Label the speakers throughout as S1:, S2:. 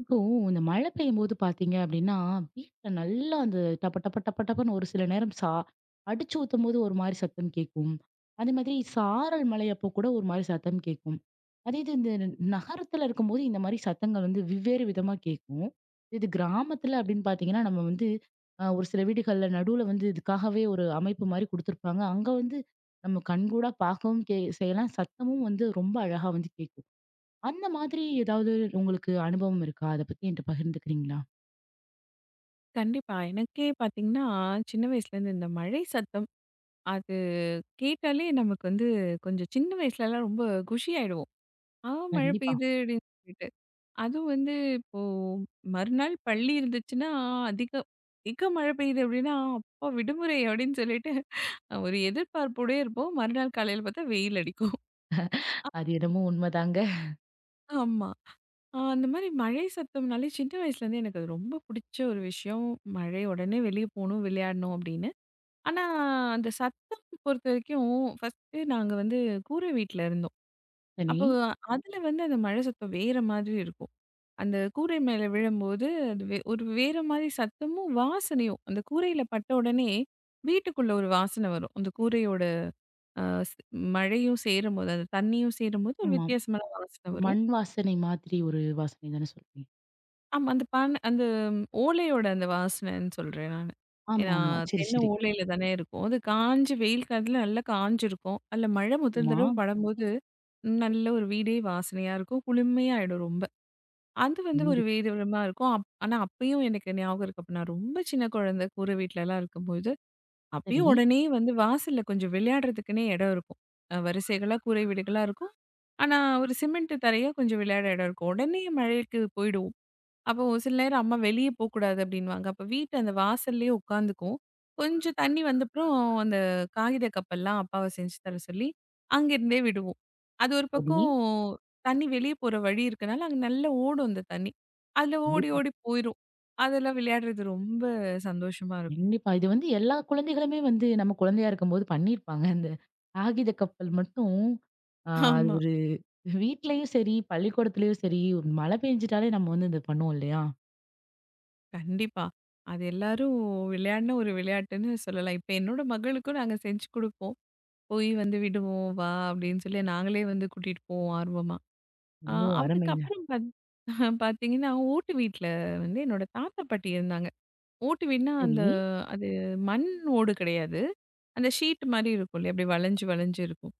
S1: இப்போ இந்த மழை பெய்யும்போது பாத்தீங்க அப்படின்னா, வீட்ல நல்லா அந்த டப டப டப டபன்னு ஒரு சில நேரம் அடிச்சு ஊத்தும்போது ஒரு மாரி சத்தம் கேட்கும். அதே மாதிரி சாரல் மழை அப்போ கூட ஒரு மாரி சத்தம் கேட்கும். அதே இது இந்த நகரத்துல இருக்கும்போது இந்த மாரி சத்தங்கள் வந்து வெவ்வேறு விதமா கேட்கும். இது கிராமத்துல அப்படின்னு பாத்தீங்கன்னா, நம்ம வந்து ஒரு சில வீடுகள்ல நடுவுல வந்து இதுக்காகவே ஒரு அமைப்பு மாரி குடுத்துருப்பாங்க. அங்க வந்து நம்ம கண்கூடா பார்க்கவும் செய்யலாம். சத்தமும் வந்து ரொம்ப அழகா வந்து கேட்கும். அந்த மாதிரி ஏதாவது உங்களுக்கு அனுபவம் இருக்கா? அத பத்தி என்ட்ட பகிர்ந்துக்கிறீங்களா?
S2: கண்டிப்பா. எனக்கே பார்த்தீங்கன்னா, சின்ன வயசுலேருந்து இந்த மழை சத்தம் அது கேட்டாலே நமக்கு வந்து கொஞ்சம் சின்ன வயசுலலாம் ரொம்ப குஷி ஆயிடுவோம். "ஆ மழை
S1: கண்டிப்பா.
S2: பெய்யுது" அப்படின்னு சொல்லிட்டு. அதுவும் வந்து இப்போ மறுநாள் பள்ளி இருந்துச்சுன்னா, அதிக அதிக மழை பெய்யுது அப்படின்னா, "அப்பா விடுமுறை" அப்படின்னு சொல்லிட்டு ஒரு எதிர்பார்ப்போடயே இருப்போம். மறுநாள் காலையில பார்த்தா வெயில் அடிக்கும்.
S1: அது என்னமோ உண்மதாங்க.
S2: ஆமா. அந்த மாரி மழை சத்தம்னாலே சின்ன வயசுலேருந்து எனக்கு அது ரொம்ப புடிச்ச ஒரு விஷயம். மழை உடனே வெளிய போணும், விளையாடணும் அப்படின்னு. ஆனா, அந்த சத்தம் பொறுத்தவரைக்கும், ஃபர்ஸ்ட்டு நாங்க வந்து கூரை வீட்ல இருந்தோம்.
S1: சரி.
S2: அப்போ ம். அதுல வந்து அந்த மழை சத்தம் வேற மாதிரி இருக்கும். அந்த கூரை மேல விழும்போது, அது ஒரு வேற மாரி சத்தமும், வாசனையும். அந்த கூரையில பட்ட உடனே, வீட்டுக்குள்ள ஒரு வாசனை வரும். அந்த கூரையோட அ ஸ் மழையும் சேரும்போது, அந்த தண்ணியும் சேரும்போது ஒரு
S1: ஆமா.
S2: வித்தியாசமான வாசனை
S1: ஒரு
S2: வரும்.
S1: மண் வாசனை மாதிரி ஒரு வாசனை தானே சொல்றீங்க?
S2: ஆமா. அந்த அந்த ஓலையோட அந்த வாசனைன்னு சொல்றேன் நானு. ஏன்னா,
S1: ஆமாமா. சரி,
S2: தென்னை
S1: சரி.
S2: ஓலையில தானே இருக்கும். அது காஞ்சு வெயில் காலத்துல நல்லா காஞ்சிருக்கும். அதுல மழை முதல்
S1: ஆமா.
S2: தடவ படும்போது, நல்ல ஒரு வீடே வாசனையா இருக்கும். குளுமையாயிடும் ரொம்ப. அது வந்து ஒரு
S1: கண்டிப்
S2: வேறு விதமா இருக்கும். ஆனா அப்பயும் எனக்கு ஞாபகம் இருக்கு. அப்ப நான் ரொம்ப சின்ன குழந்தை கூரை வீட்லலாம் இருக்கும்போது,
S1: சரி,
S2: அப்பயும் உடனே வந்து வாசல்ல கொஞ்சம் விளையாடுறதுக்குன்னே இடம் இருக்கும். வரிசைகளா கூரை வீடுகளா இருக்கும். ஆனா ஒரு சிமெண்ட் தரையா கொஞ்சம் விளையாட இடம் இருக்கும். உடனே மழைக்கு போயிடுவோம். அப்போ ஒரு சில நேரம் அம்மா வெளியே போக்கூடாது அப்படின்னுவாங்க. அப்ப வீட்டு அந்த வாசல்லயே உட்காந்துக்கும். கொஞ்சம் தண்ணி வந்தப்புறம் அந்த காகித கப்பெல்லாம் அப்பாவ செஞ்சு தர சொல்லி, அங்கேருந்தே விடுவோம். அது ஒரு
S1: சரி.
S2: பக்கம் தண்ணி வெளிய போற வழி இருக்கனால, அங்க நல்லா ஓடும் அந்த தண்ணி. அதுல ஓடி
S1: கண்டிப்பா.
S2: ஓடி போயிரும். அதெல்லாம் விளையாடுறது ரொம்ப சந்தோஷமா இருக்கும்.
S1: கண்டிப்பா. இது வந்து எல்லா குழந்தைகளுமே வந்து நம்ம குழந்தையா இருக்கும்போது பண்ணியிருப்பாங்க. அந்த காகித கப்பல் மட்டும் ஆ அது
S2: ஆமா.
S1: ஒரு வீட்லயும் சரி, பள்ளிக்கூடத்துலயும் சரி, ஒரு மழை பெஞ்சுட்டாலே நம்ம வந்து இத பண்ணுவோம் இல்லையா?
S2: கண்டிப்பா. அது எல்லாரும் விளையாடின ஒரு விளையாட்டுன்னு சொல்லலாம். இப்ப என்னோட மகளுக்கும் நாங்க செஞ்சு குடுப்போம். போய் வந்து விடுவோம், வா அப்படின்னு சொல்லி நாங்களே வந்து கூட்டிட்டு போவோம் ஆர்வமா. ஆ
S1: ஓ! அருமைங்க.
S2: அதுக்கப்புறம் பாத்தீங்கன்னா, ஓட்டு வீட்ல வந்து என்னோட தாத்தா, பாட்டி இருந்தாங்க. ஓட்டு வீடுனா
S1: சரி.
S2: அந்த அது மண் ஓடு கிடையாது. அந்த ஷீட் மாரி இருக்கும் இல்லையா? அப்படியே வளைஞ்சு, வளைஞ்சு இருக்கும்.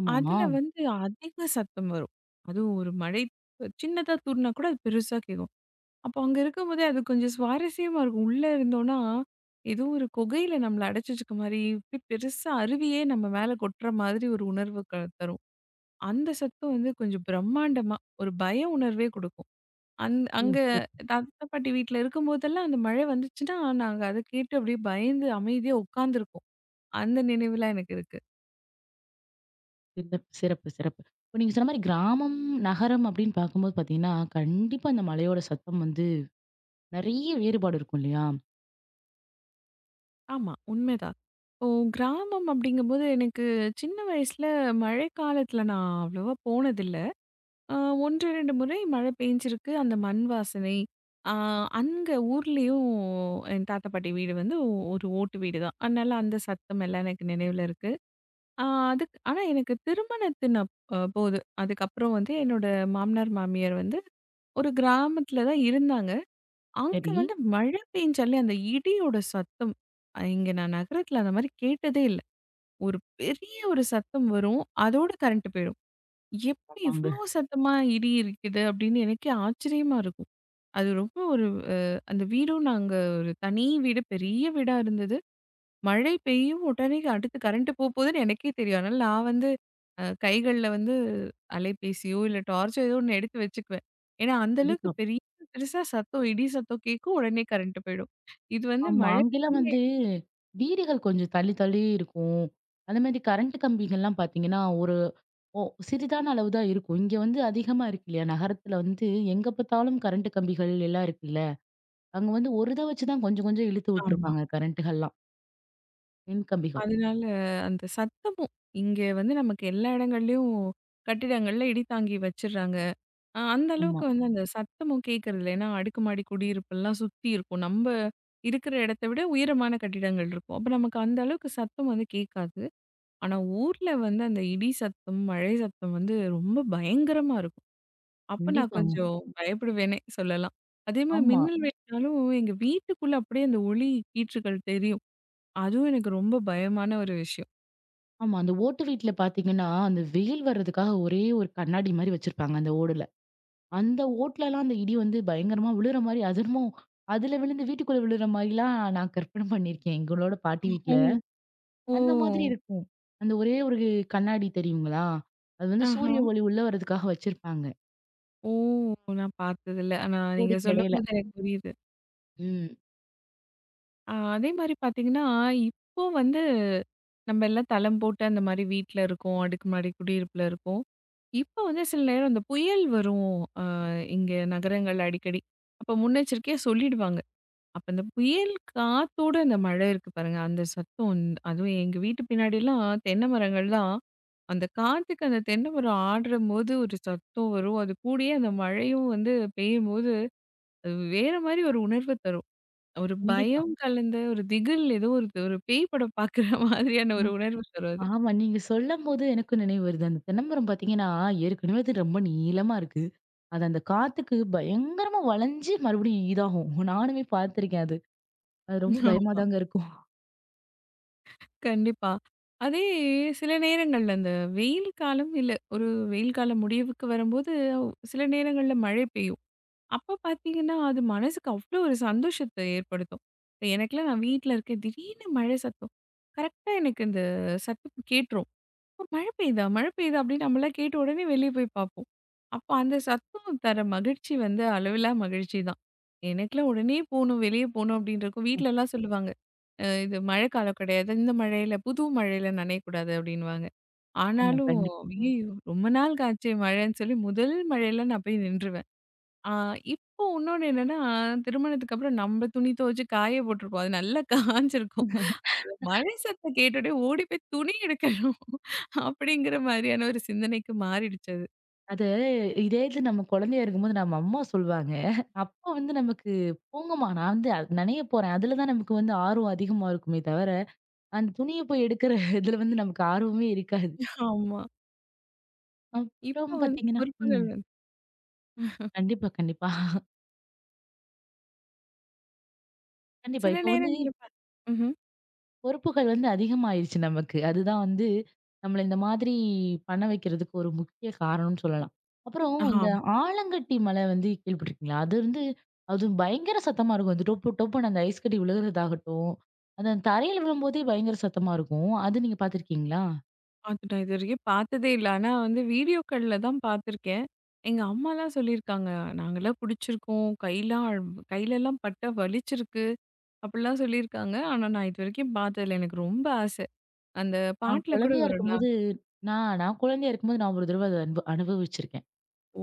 S1: ஆமாமா.
S2: அதுல வந்து அதிக சத்தம் வரும். அதுவும் ஒரு மழை சின்னதா தூறினா கூட அது பெருசா கேக்கும். அப்போ அங்க இருக்கும்போதே அது கொஞ்சம் சுவாரஸ்யமா இருக்கும். உள்ள இருந்தோம்னா, ஏதோ ஒரு குகையில நம்மள அடைச்சு வச்சுக்க மாரி, இப்படி பெருசா அருவியே நம்ம மேல கொட்டுற மாதிரி ஒரு உணர்வு தரும். அந்த சத்தம் வந்து கொஞ்சம் பிரம்மாண்டமா ஒரு பய உணர்வே குடுக்கும்.
S1: ஓ!
S2: அங்க
S1: சிறப்பு.
S2: தாத்தா, பாட்டி வீட்ல இருக்கும்போதெல்லாம் அந்த மழை வந்துச்சுன்னா, நாங்க அத கேட்டு அப்படியே பயந்து அமைதியா உட்காந்துருக்கோம். அந்த நினைவுலாம் எனக்கு இருக்கு.
S1: சிறப்பு, சிறப்பு, சிறப்பு. இப்ப நீங்க சொன்ன மாரி கிராமம், நகரம் அப்படின்னு பார்க்கும்போது பார்த்தீங்கன்னா, கண்டிப்பா அந்த மழையோட சத்தம் வந்து நெறைய வேறுபாடு இருக்கும் இல்லையா?
S2: ஆமா, உண்மைதான். இப்போ கிராமம் அப்படிங்கும்போது எனக்கு சின்ன வயசுல மழைக்காலத்துல நான் அவ்வளவா போனதில்ல. அ 1, 2 முறை மழை பெஞ்சிருக்கு. அந்த மண் வாசனை, அ அங்க ஊர்லயும் என் தாத்தா, பாட்டி வீடு வந்து ஒரு ஓட்டு வீடு தான். அதனால அந்த சத்தம் எல்லாம் எனக்கு நினைவுல இருக்கு. ஆ அதுக்கு ஆனா எனக்கு திருமணத்தின் அப் அ போது. அதுக்கப்புறம் வந்து என்னோட மாமனார், மாமியார் வந்து ஒரு கிராமத்துல தான் இருந்தாங்க. அங்க
S1: சரி.
S2: வந்து மழை பெஞ்சாலே அந்த இடியோட சத்தம், இங்க நான் நகரத்துல அந்த மாரி கேட்டதே இல்ல. ஒரு பெரிய ஒரு சத்தம் வரும். அதோட கரண்ட் போயிடும். எப்படி
S1: ஆமாங்க.
S2: இவ்ளோ சத்தமா இடி இருக்குது அப்படின்னு எனக்கே ஆச்சரியமா இருக்கும். அது ரொம்ப ஒரு அ அந்த வீடும் நாங்க ஒரு தனி வீடு, பெரிய வீடா இருந்தது. மழை பெய்யும் உடனே அடுத்து கரண்ட் போக போகுதுன்னு எனக்கே தெரியும். அதனால நான் வந்து கைகள்ல வந்து அலைபேசியோ, இல்ல டார்ச்சோ ஏதோ ஒண்ணு எடுத்து வச்சுக்குவேன். ஏன்னா, அந்த அளவுக்கு
S1: கண்டிப்பா.
S2: பெருசா சத்தம், இடி சத்தம் கேட்கும். உடனே கரண்ட் போயிடும். இது வந்து
S1: ஆமா. அங்கேலாம்
S2: மழைனாலே
S1: வந்து வீடுகள் கொஞ்சம் தள்ளி தள்ளி இருக்கும். அந்த மாரி கரண்ட் கம்பிகள்லாம் பார்த்தீங்கன்னா, ஒரு ஒ சிறிதான அளவு தான் இருக்கும். இங்க வந்து அதிகமா இருக்கு இல்லையா? நகரத்துல வந்து எங்க பார்த்தாலும் கரண்ட் கம்பிகள் எல்லாம் இருக்குல்ல. அங்க வந்து ஒரு இத வச்சு தான் கொஞ்சம் கொஞ்சம் இழுத்து
S2: ஆமா.
S1: விட்டுருப்பாங்க கரண்ட்டுகள்லாம். மின் கம்பிகள்.
S2: அதனால அந்த சத்தமும் இங்க வந்து நமக்கு எல்லா இடங்கள்லயும் கட்டிடங்கள்ல இடி தாங்கி வச்சுடுறாங்க. அந்த
S1: ஆமா.
S2: அளவுக்கு வந்து அந்த சத்தமும் கேட்கறதில்ல. ஏன்னா, அடுக்குமாடி குடியிருப்புலாம் சுத்தி இருக்கும். நம்ப இருக்கிற இடத்த விட உயரமான கட்டிடங்கள் இருக்கும். அப்ப நமக்கு அந்த அளவுக்கு சத்தம் வந்து கேட்காது. ஆனா, ஊர்ல வந்து அந்த இடி சத்தம், மழை சத்தம் வந்து ரொம்ப பயங்கரமா இருக்கும். அப்ப நான் ம்.
S1: கண்டிப்பாங்க.
S2: கொஞ்சம் பயப்படுவேனே சொல்லலாம். அதே மாரி
S1: ஆமா.
S2: மின்னல் ம். வேணுனாலும் எங்க வீட்டுக்குள்ள அப்படியே அந்த ஒளி கீற்றுகள் தெரியும். அதுவும் எனக்கு ரொம்ப பயமான ஒரு விஷயம்.
S1: ஆமா. அந்த ஓட்டு வீட்ல பார்த்தீங்கன்னா, அந்த வெயில் வர்றதுக்காக ஒரே ஒரு கண்ணாடி மாரி வச்சிருப்பாங்க அந்த ஓடுல. அந்த ஓட்லலாம் அந்த இடி வந்து பயங்கரமா விழுற மாரி, அது என்னமோ அதுல விழுந்து வீட்டுக்குள்ள விழுற மாரிலாம் நான் கற்பனை பண்ணியிருக்கேன். எங்களோட பாட்டி வீட்ல.
S2: ஓ!
S1: அந்த மாதிரி
S2: ஓ!
S1: இருக்கும். அந்த ஒரே ஒரு கண்ணாடி தெரியுங்களா? அது வந்து
S2: ஆஹா!
S1: சூரிய ஒளி உள்ள வர்றதுக்காக வச்சிருப்பாங்க.
S2: ஓ! நான் பார்த்ததில்ல. ஆனா நீங்க ம்.
S1: ஓடுக்கு இடையில.
S2: சொல்லும்போது எனக்கு புரியுது.
S1: ம்.
S2: அதே மாரி பார்த்தீங்கன்னா, இப்போ வந்து நம்ம எல்லாம் தளம் போட்டு அந்த மாரி வீட்ல இருக்கோம். அடுக்குமாடி குடியிருப்புல இருக்கோம். இப்போ வந்து சில நேரம் அந்த புயல் வரும். அ இங்க நகரங்கள் அடிக்கடி. அப்ப முன்னெச்சரிக்கையா சொல்லிடுவாங்க. அப்ப அந்த புயல் காத்தோட அந்த மழை இருக்கு பாருங்க, அந்த சத்தம் வந்து அதுவும் எங்க வீட்டு பின்னாடிலாம் தென்னை மரங்கள்லாம், அந்த காத்துக்கு அந்த தென்னை மரம் ஆடுறம்போது ஒரு சத்தம் வரும். அது கூடயே அந்த மழையும் வந்து பெய்யும்போது, அது வேற மாரி ஒரு உணர்வ தரும். ஒரு
S1: கண்டிப்பா.
S2: பயம் கலந்த ஒரு திகில் ஏதோ ஒரு ஒரு பேய் படம் பாக்குற மாதிரியான ஒரு
S1: ம்.
S2: உணர்வு தரும் அது.
S1: ஆமா. நீங்க சொல்லம்போது எனக்கும் நினைவு வருது. அந்த தென்னமரம் பார்த்தீங்கன்னா, ஏற்கனவே அது ரொம்ப நீளமா இருக்கு. அது அந்த காத்துக்கு பயங்கரமா வளைஞ்சு மறுபடியும் இதாகும். நானுமே பார்த்துருக்கேன் அது. அது ரொம்ப பயமா
S2: ஆமா.
S1: தாங்க இருக்கும்.
S2: கண்டிப்பா. அதே சில நேரங்கள்ல அந்த வெயில் காலம் இல்ல ஒரு வெயில் காலம் முடிவுக்கு வரும்போது, சில நேரங்கள்ல மழை பெய்யும். அப்ப பாத்தீங்கன்னா, அது மனசுக்கு அவ்ளோ ஒரு சந்தோஷத்த ஏற்படுத்தும். இப்ப எனக்கெல்லாம் நான் வீட்ல இருக்கேன். திடீர்னு மழை சத்தம். கரெக்ட்டா எனக்கு இந்த சத்தம் கேட்டுரும். "ஓ! மழை பெய்யுதா? மழை பெய்யுதா?" அப்படின்னு நம்மலாம் கேட்ட உடனே வெளிய போய் பார்ப்போம். அப்ப அந்த சத்தம் தர மகிழ்ச்சி வந்து அளவிலா மகிழ்ச்சி தான். எனக்கெல்லாம் உடனே போணும், வெளிய போணும் அப்படின்னு இருக்கும். வீட்லலாம் சொல்லுவாங்க, இது மழைக்காலம் கிடையாது. இந்த மழையில, புது மழையில நனையக்கூடாது" அப்படின்னுவாங்க.
S1: ஆமா,
S2: ஆனாலும்,
S1: கண்டிப்பா.
S2: ஐயயோ! ரொம்ப நாளுக்கு ஆச்சே மழைன்னு சொல்லி முதல் மழையில நான் போய் நின்றுவேன். ஆ இப்போ உன்னொன்னு என்னன்னா, திருமணத்துக்கு அப்புறம் நம்ம துணி துவைச்சு காய போட்டுருப்போம். அது நல்லா காய்ஞ்சிருக்கும். அப்ப இந்த மழை சத்தம் கேட்ட உடனே ஓடி போய் துணி எடுக்கணும். அப்படிங்கிற மாரியான ஒரு சிந்தனைக்கு மாறிடுச்சு அது.
S1: அது இதே நம்ம குழந்தையா இருக்கும்போது நம்ம அம்மா சொல்லுவாங்க. அப்ப வந்து நமக்கு போங்கம்மா நான் வந்து அது நனைய போறேன். அதுல தான் நமக்கு வந்து ஆர்வம் அதிகமா இருக்குமே தவிர, அந்த துணிய போய் எடுக்கிற இதுல வந்து நமக்கு ஆர்வமே இருக்காது.
S2: ஆமா. இப்போ
S1: அப்புறம்
S2: வந்து
S1: பார்த்தீங்கன்னா
S2: பொறுப்புகள்
S1: ம்.
S2: வந்து
S1: கண்டிப்பா, கண்டிப்பா. கண்டிப்பா.
S2: சில
S1: இப்ப வந்து
S2: நேரங்கள்ல ம்ஹ்ம்.
S1: பொறுப்புகள் வந்து அதிகமாயிருச்சு நமக்கு. அதுதான் வந்து நம்மள இந்த மாதிரி பண்ண வைக்கிறதுக்கு ஒரு முக்கிய காரணம்னு சொல்லலாம். அப்புறம் இந்த
S2: ஆம்.
S1: ஆலங்கட்டி மழை வந்து கேள்விப்பட்டுருக்கீங்களா? அது வந்து அது பயங்கர சத்தமா இருக்கும். அது டொப்பு டொப்புன்னு அந்த ஐஸ் கட்டி விழுகுறதாகட்டும், அது அந்த தரையில விழும்போதே பயங்கர சத்தமா இருக்கும். அது நீங்க பார்த்துருக்கீங்களா?
S2: அது நான் இதுவரைக்கும் பார்த்ததே இல்ல. ஆனா வந்து வீடியோக்கள்ல தான் பார்த்துருக்கேன். எங்க அம்மாலாம் சொல்லியிருக்காங்க. நாங்கலாம் பிடிச்சிருக்கோம். கையிலலாம் பட்டா வலிச்சிருக்கு. அப்படிலாம் சொல்லியிருக்காங்க. ஆனா நான் இதுவரைக்கும் பார்த்ததில்ல. எனக்கு ரொம்ப ஆசை. அந்த
S1: நான்
S2: பாட்டுல கூட
S1: குழந்தையா
S2: வரும்ல.
S1: இருக்கும்போது நான் குழந்தையா இருக்கும்போது நான் ஒரு தடவ அத அனுப அனுபவிச்சிருக்கேன்.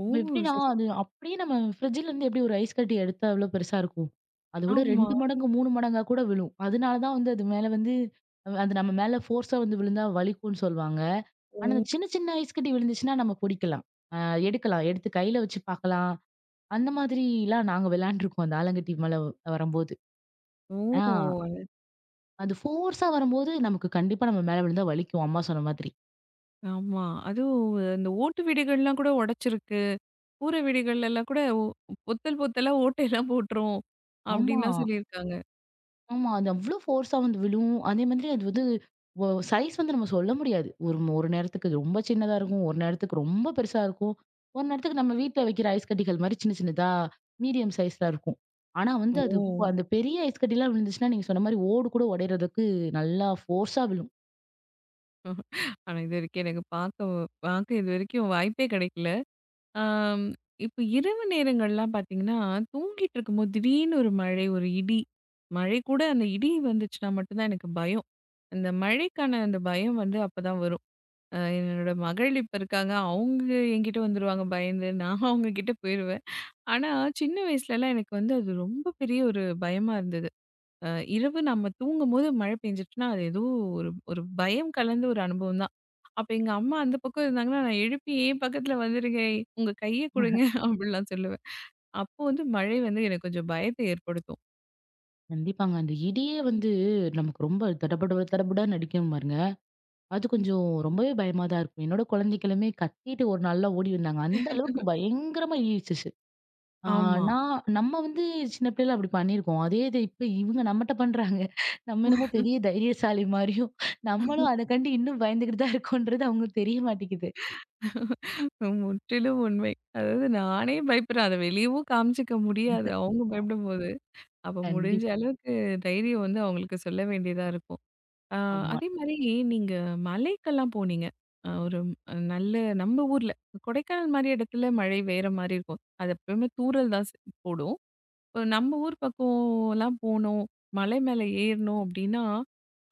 S2: ஓ!
S1: அப்ப எப்படின்னா,
S2: சரி.
S1: அது அப்படியே நம்ம ஃப்ரிட்ஜ்லேருந்து எப்படி ஒரு ஐஸ் கட்டி எடுத்தா எவ்வளோ பெருசா இருக்கும்? அதோட
S2: ஆமா.
S1: 2 மடங்கு, 3 மடங்கா கூட விழும். அதனால தான் வந்து அது மேல வந்து அது நம்ம மேல ஃபோர்ஸா வந்து விழுந்தா வலிக்கும்ன்னு சொல்வாங்க.
S2: ஓ!
S1: ஆனா, அந்த சின்ன சின்ன ஐஸ் கட்டி விழுந்துச்சுன்னா நம்ம புடிக்கலாம். அ எடுக்கலாம். எடுத்து கையில வச்சு பார்க்கலாம். அந்த மாதிரிலாம் நாங்க விளையாண்டுருக்கோம். அந்த ஆலங்கட்டி மேல வரும்போது.
S2: ஓ!
S1: ஆ
S2: அது-
S1: அது ஃபோர்ஸா வரும்போது நமக்கு கண்டிப்பா நம்ம மேல விழுந்தா வலிக்கும். அம்மா சொன்ன மாதிரி.
S2: ஆமா. அதுவும் அந்த ஓட்டு வீடுகள்லாம் கூட உடைச்சிருக்கு. கூரை வீடுகள்லாம் கூட பொத்தல் பொத்தலா ஓட்டையெல்லாம் போட்டுரும்.
S1: ஆமா.
S2: அப்படின்லாம் சொல்லியிருக்காங்க.
S1: ஆமா. அது அவ்ளோ ஃபோர்ஸா வந்து விழும். அதே மாதிரி அது வந்து சைஸ் வந்து நம்ம சொல்ல முடியாது. ஒரு ஒரு நேரத்துக்கு இது ரொம்ப சின்னதா இருக்கும். ஒரு நேரத்துக்கு ரொம்ப பெருசா இருக்கும். ஒரு நேரத்துக்கு நம்ம வீட்ல வைக்கிற ஐஸ் கட்டிகள் மாரி சின்ன சின்னதா மீடியம் சைஸ்ல இருக்கும். ஆனா வந்து
S2: ஓ!
S1: அந்த பெரிய ஐஸ் கட்டிலாம் விழுந்துச்சுன்னா, நீங்க சொன்ன மாரி ஓடு கூட உடையறதுக்கு நல்லா ஃபோர்ஸா விழும்.
S2: ஆனா இதுவரைக்கும் எனக்கு பார்க்க பார்க்க இதுவரைக்கும் வாய்ப்பே கிடைக்கல. ஆம். இப்ப இரவு நேரங்கள்லாம் பார்த்தீங்கன்னா, தூங்கிட்டு இருக்கும்போது திடீர்னு ஒரு மழை, ஒரு இடி. மழை கூட அந்த இடி வந்துச்சுன்னா மட்டும் தான் எனக்கு பயம். அந்த மழைக்கான அந்த பயம் வந்து அப்பதான் வரும். என்னோட மகள் இப்ப இருக்காங்க. அவங்க என்கிட்ட வந்துருவாங்க பயந்து. நான் அவங்க கிட்ட போயிருவேன். ஆனா, சின்ன வயசுலலாம் எனக்கு வந்து அது ரொம்ப பெரிய ஒரு பயமா இருந்தது. அ இரவு நம்ம தூங்கும்போது மழை பெஞ்சுருச்சுன்னா, அது ஏதோ ஒரு ஒரு பயம் கலந்த ஒரு அனுபவம் தான். அப்ப எங்க அம்மா அந்த பக்கம் இருந்தாங்கன்னா, நான் எழுப்பி "ஏன் பக்கத்துல வந்துருங்க. உங்க கைய குடுங்க" அப்படிலாம் சொல்லுவேன். அப்போ வந்து மழை வந்து எனக்கு கொஞ்சம் பயத்தை ஏற்படுத்தும்.
S1: கண்டிப்பாங்க. அந்த இடியே வந்து நமக்கு ரொம்ப தடபட தடபடன்னு அடிக்கும் பாருங்க. அது கொஞ்சம் ரொம்பவே பயமா தான் இருக்கும். என்னோட குழந்தைகளுமே கத்திட்டு ஒரு நாள்லாம் ஓடி வந்தாங்க. அந்த அளவுக்கு பயங்கரமா இடி இடிச்சுச்சு. ஆ
S2: ஆமா.
S1: நான் நம்ம வந்து சின்ன பிள்ளையில அப்படி பண்ணியிருக்கோம். அதே இது இப்ப இவங்க நம்மட்ட பண்றாங்க. நம்ம என்னமோ பெரிய தைரியசாலி மாரியும், நம்மளும் அதக்கண்டு இன்னும் பயந்துகிட்டு தான் இருக்கோன்றது அவங்களுக்கு தெரிய மாட்டேங்குது.
S2: முற்றிலும் உண்மை. அதாவது நானே பயப்படுறேன். அத வெளியவும் காமிச்சுக்க முடியாது. அவங்க பயப்படும்போது. அப்ப முடிஞ்ச
S1: கண்டிப்பா.
S2: அளவுக்கு தைரியம் வந்து அவங்களுக்கு சொல்ல வேண்டியதா இருக்கும். ஆ
S1: ஆமா.
S2: அதே மாரி நீங்க மலைக்கெல்லாம் போனீங்க. அ ஒரு நல்ல நம்ம ஊர்ல கொடைக்கானல் மாரி இடத்துல மழை வேற மாரி இருக்கும். அது எப்பவுமே தூறல் தான் போடும். இப்போ நம்ம ஊர் பக்கம்லாம் போனோம், மலை மேல ஏறணும் அப்படின்னா,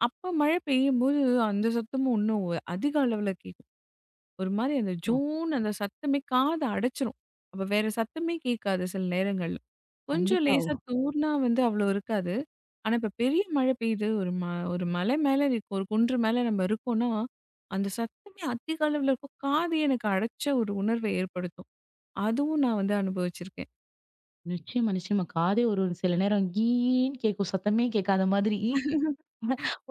S2: அப்ப மழை பெய்யும்போது அந்த சத்தமும் இன்னும் அதிக அளவுல கேட்கும். ஒரு மாரி அந்த
S1: ஆ
S2: ஜூன்னு அந்த சத்தமே காத அடைச்சிரும். அப்ப வேற சத்தமே கேட்காது சில நேரங்கள்ல. கொஞ்சம்
S1: கண்டிப்பா.
S2: லேசா தூர்னா வந்து அவ்வளோ இருக்காது. ஆனா, இப்ப பெரிய மழை பெய்யுது. ஒரு மலை மேல இருக்கோம். ஒரு குன்று மேல நம்ம இருக்கோம்னா, அந்த சத்தமே அதிக அளவுல இருக்கும். காது எனக்கு அடைச்ச ஒரு உணர்வை ஏற்படுத்தும். அதுவும் நான் வந்து அனுபவிச்சிருக்கேன்.
S1: நிச்சயமா, நிச்சயமா. காதே ஒரு ஒரு சில நேரம் கீன்னு கேட்கும். சத்தமே கேட்காத மாதிரி.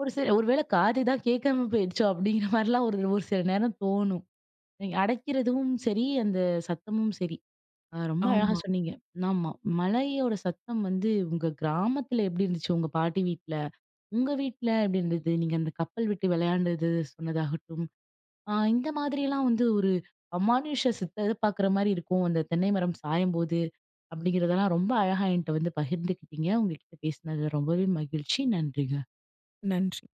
S1: ஒருவேளை காது தான் கேட்காம போயிடுச்சோ! அப்படிங்கிற மாரிலாம் ஒரு ஒரு சில நேரம் தோணும். அடக்கிறதும் சரி, அந்த சத்தமும் சரி. ரொம்ப அழகா
S2: ஆமா.
S1: சொன்னீங்க. ஆமா. மழையோட சத்தம் வந்து உங்க கிராமத்துல எப்படி இருந்துச்சு? உங்க பாட்டி வீட்ல, உங்க வீட்ல எப்படி இருந்தது? நீங்க அந்த கப்பல் விட்டு விளையாண்டது சொன்னதாகட்டும், இந்த மாதிரிலாம் வந்து ஒரு அமானுஷ்ய சித்த பாக்குற மாரி இருக்கும். அந்த தென்னை மரம் சாயும்போது அப்படிங்கிறதெல்லாம் ரொம்ப அழகா என்ட்ட வந்து பகிர்ந்துக்கிட்டீங்க. உங்ககிட்ட பேசினது ரொம்பவே மகிழ்ச்சி. நன்றிங்க.
S2: நன்றி.